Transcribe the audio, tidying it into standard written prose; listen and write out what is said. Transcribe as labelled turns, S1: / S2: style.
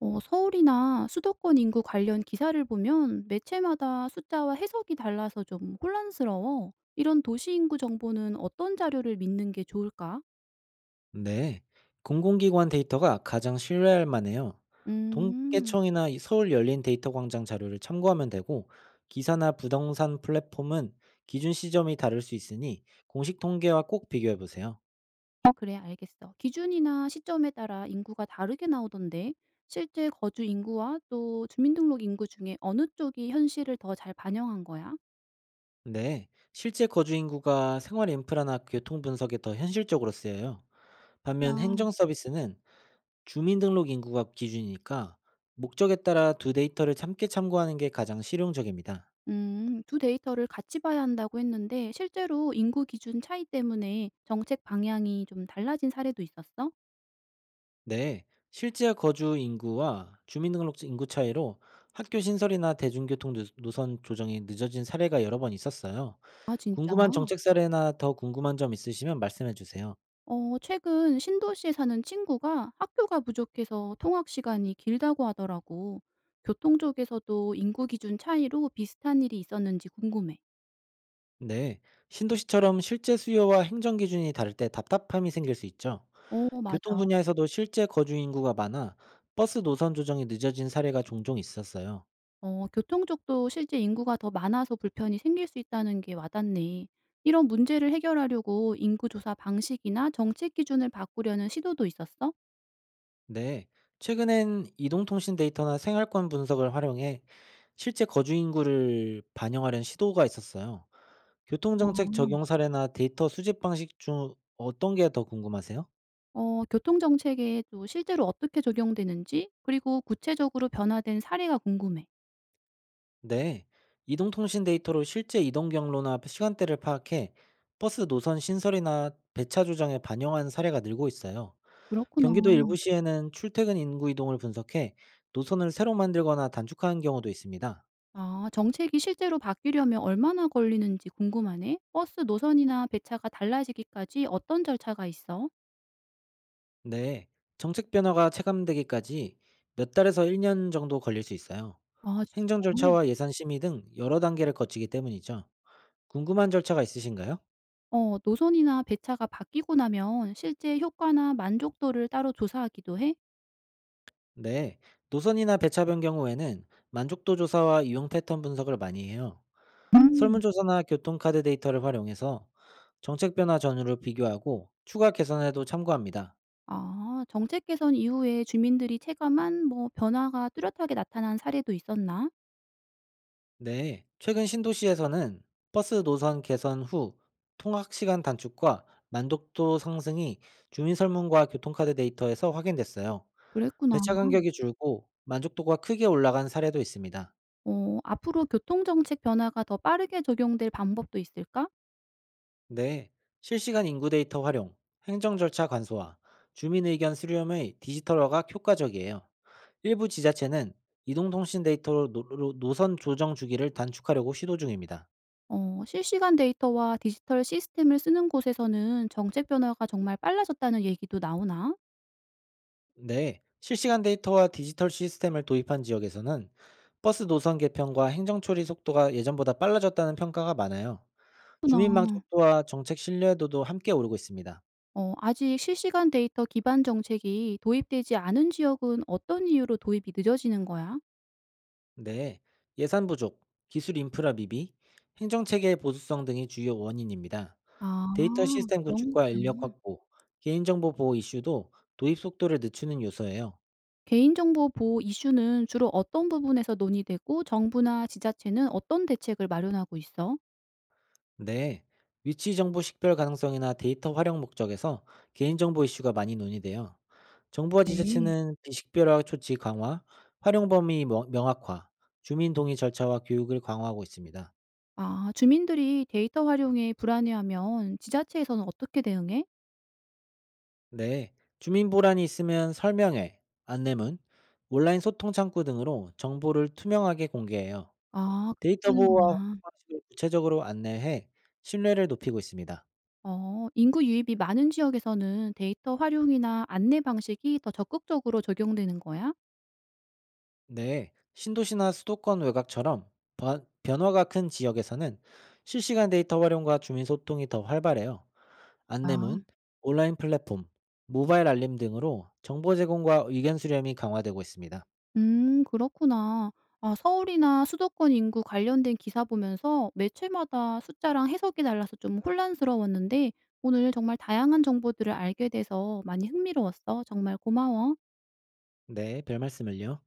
S1: 서울이나 수도권 인구 관련 기사를 보면 매체마다 숫자와 해석이 달라서 좀 혼란스러워. 이런 도시 인구 정보는 어떤 자료를 믿는 게 좋을까?
S2: 네, 공공기관 데이터가 가장 신뢰할 만해요.
S1: 음,
S2: 동계청이나 이 서울 열린 데이터 광장 자료를 참고하면 되고, 기사나 부동산 플랫폼은 기준 시점이 다를 수 있으니 공식 통계와 꼭 비교해 보세요.
S1: 그래, 알겠어. 기준이나 시점에 따라 인구가 다르게 나오던데, 실제 거주 인구와 또 주민등록 인구 중에 어느 쪽이 현실을 더 잘 반영한 거야?
S2: 네, 실제 거주 인구가 생활 인프라나 교통 분석에 더 현실적으로 쓰여요. 반면
S1: 아,
S2: 행정 서비스는 주민등록 인구가 기준이니까 목적에 따라 두 데이터를 함께 참고하는 게 가장 실용적입니다.
S1: 두 데이터를 같이 봐야 한다고 했는데, 실제로 인구 기준 차이 때문에 정책 방향이 좀 달라진 사례도 있었어?
S2: 네, 실제 거주 인구와 주민등록증 인구 차이로 학교 신설이나 대중교통 노선 조정이 늦어진 사례가 여러 번 있었어요.
S1: 아 진짜?
S2: 궁금한 정책 사례나 더 궁금한 점 있으시면 말씀해 주세요.
S1: 최근 신도시에 사는 친구가 학교가 부족해서 통학 시간이 길다고 하더라고. 교통 쪽에서도 인구 기준 차이로 비슷한 일이 있었는지 궁금해.
S2: 네, 신도시처럼 실제 수요와 행정 기준이 다를 때 답답함이 생길 수 있죠.
S1: 어
S2: 교통
S1: 맞아.
S2: 분야에서도 실제 거주 인구가 많아 버스 노선 조정이 늦어진 사례가 종종 있었어요.
S1: 교통 쪽도 실제 인구가 더 많아서 불편이 생길 수 있다는 게 와닿네. 이런 문제를 해결하려고 인구 조사 방식이나 정책 기준을 바꾸려는 시도도 있었어?
S2: 네, 최근엔 이동통신 데이터나 생활권 분석을 활용해 실제 거주 인구를 반영하려는 시도가 있었어요. 교통정책
S1: 아.
S2: 적용 사례나 데이터 수집 방식 중 어떤 게 더 궁금하세요?
S1: 교통 정책에 또 실제로 어떻게 적용되는지, 그리고 구체적으로 변화된 사례가 궁금해.
S2: 네, 이동통신 데이터로 실제 이동 경로나 시간대를 파악해 버스 노선 신설이나 배차 조정에 반영한 사례가 늘고 있어요.
S1: 그렇구나.
S2: 경기도 일부 시에는 출퇴근 인구 이동을 분석해 노선을 새로 만들거나 단축하는 경우도 있습니다.
S1: 아 정책이 실제로 바뀌려면 얼마나 걸리는지 궁금하네. 버스 노선이나 배차가 달라지기까지 어떤 절차가 있어?
S2: 네, 정책 변화가 체감되기까지 몇 달에서 1년 정도 걸릴 수 있어요.
S1: 아, 진짜?
S2: 행정 절차와 예산 심의 등 여러 단계를 거치기 때문이죠. 궁금한 절차가 있으신가요?
S1: 노선이나 배차가 바뀌고 나면 실제 효과나 만족도를 따로 조사하기도 해?
S2: 네, 노선이나 배차 변경 후에는 만족도 조사와 이용 패턴 분석을 많이 해요.
S1: 음.
S2: 설문조사나 교통카드 데이터를 활용해서 정책 변화 전후를 비교하고 추가 개선에도 참고합니다.
S1: 아, 정책 개선 이후에 주민들이 체감한 뭐 변화가 뚜렷하게 나타난 사례도 있었나?
S2: 네, 최근 신도시에서는 버스 노선 개선 후 통학 시간 단축과 만족도 상승이 주민설문과 교통카드 데이터에서 확인됐어요.
S1: 그랬구나.
S2: 배차 간격이 줄고 만족도가 크게 올라간 사례도 있습니다.
S1: 앞으로 교통정책 변화가 더 빠르게 적용될 방법도 있을까?
S2: 네, 실시간 인구 데이터 활용, 행정 절차 간소화, 주민 의견 수렴의 디지털화가 효과적이에요. 일부 지자체는 이동통신 데이터로 노선 조정 주기를 단축하려고 시도 중입니다.
S1: 실시간 데이터와 디지털 시스템을 쓰는 곳에서는 정책 변화가 정말 빨라졌다는 얘기도 나오나?
S2: 네, 실시간 데이터와 디지털 시스템을 도입한 지역에서는 버스 노선 개편과 행정 처리 속도가 예전보다 빨라졌다는 평가가 많아요. 주민
S1: 그렇구나.
S2: 만족도와 정책 신뢰도도 함께 오르고 있습니다.
S1: 아직 실시간 데이터 기반 정책이 도입되지 않은 지역은 어떤 이유로 도입이 늦어지는 거야?
S2: 네, 예산 부족, 기술 인프라 미비, 행정 체계의 보수성 등이 주요 원인입니다.
S1: 아,
S2: 데이터 시스템
S1: 그런
S2: 구축과 인력
S1: 거구나.
S2: 확보, 개인정보 보호 이슈도 도입 속도를 늦추는 요소예요.
S1: 개인정보 보호 이슈는 주로 어떤 부분에서 논의되고 정부나 지자체는 어떤 대책을 마련하고 있어?
S2: 네, 위치 정보 식별 가능성이나 데이터 활용 목적에서 개인정보 이슈가 많이 논의돼요. 정부와
S1: 네.
S2: 지자체는 비식별화 조치 강화, 활용 범위 명확화, 주민 동의 절차와 교육을 강화하고 있습니다.
S1: 아, 주민들이 데이터 활용에 불안해하면 지자체에서는 어떻게 대응해?
S2: 네, 주민 보란이 있으면 설명회, 안내문, 온라인 소통 창구 등으로 정보를 투명하게 공개해요.
S1: 아, 그렇게
S2: 데이터 보호와 활용
S1: 하는구나.
S2: 방식을 구체적으로 안내해 신뢰를 높이고 있습니다.
S1: 어. 인구 유입이 많은 지역에서는 데이터 활용이나 안내 방식이 더 적극적으로 적용되는 거야?
S2: 네, 신도시나 수도권 외곽처럼 변화가 큰 지역에서는 실시간 데이터 활용과 주민 소통이 더 활발해요.
S1: 아.
S2: 안내문, 온라인 플랫폼, 모바일 알림 등으로 정보 제공과 의견 수렴이 강화되고 있습니다.
S1: 음. 그렇구나. 아 서울이나 수도권 인구 관련된 기사 보면서 매체마다 숫자랑 해석이 달라서 좀 혼란스러웠는데 오늘 정말 다양한 정보들을 알게 돼서 많이 흥미로웠어. 정말 고마워.
S2: 네, 별 말씀을요.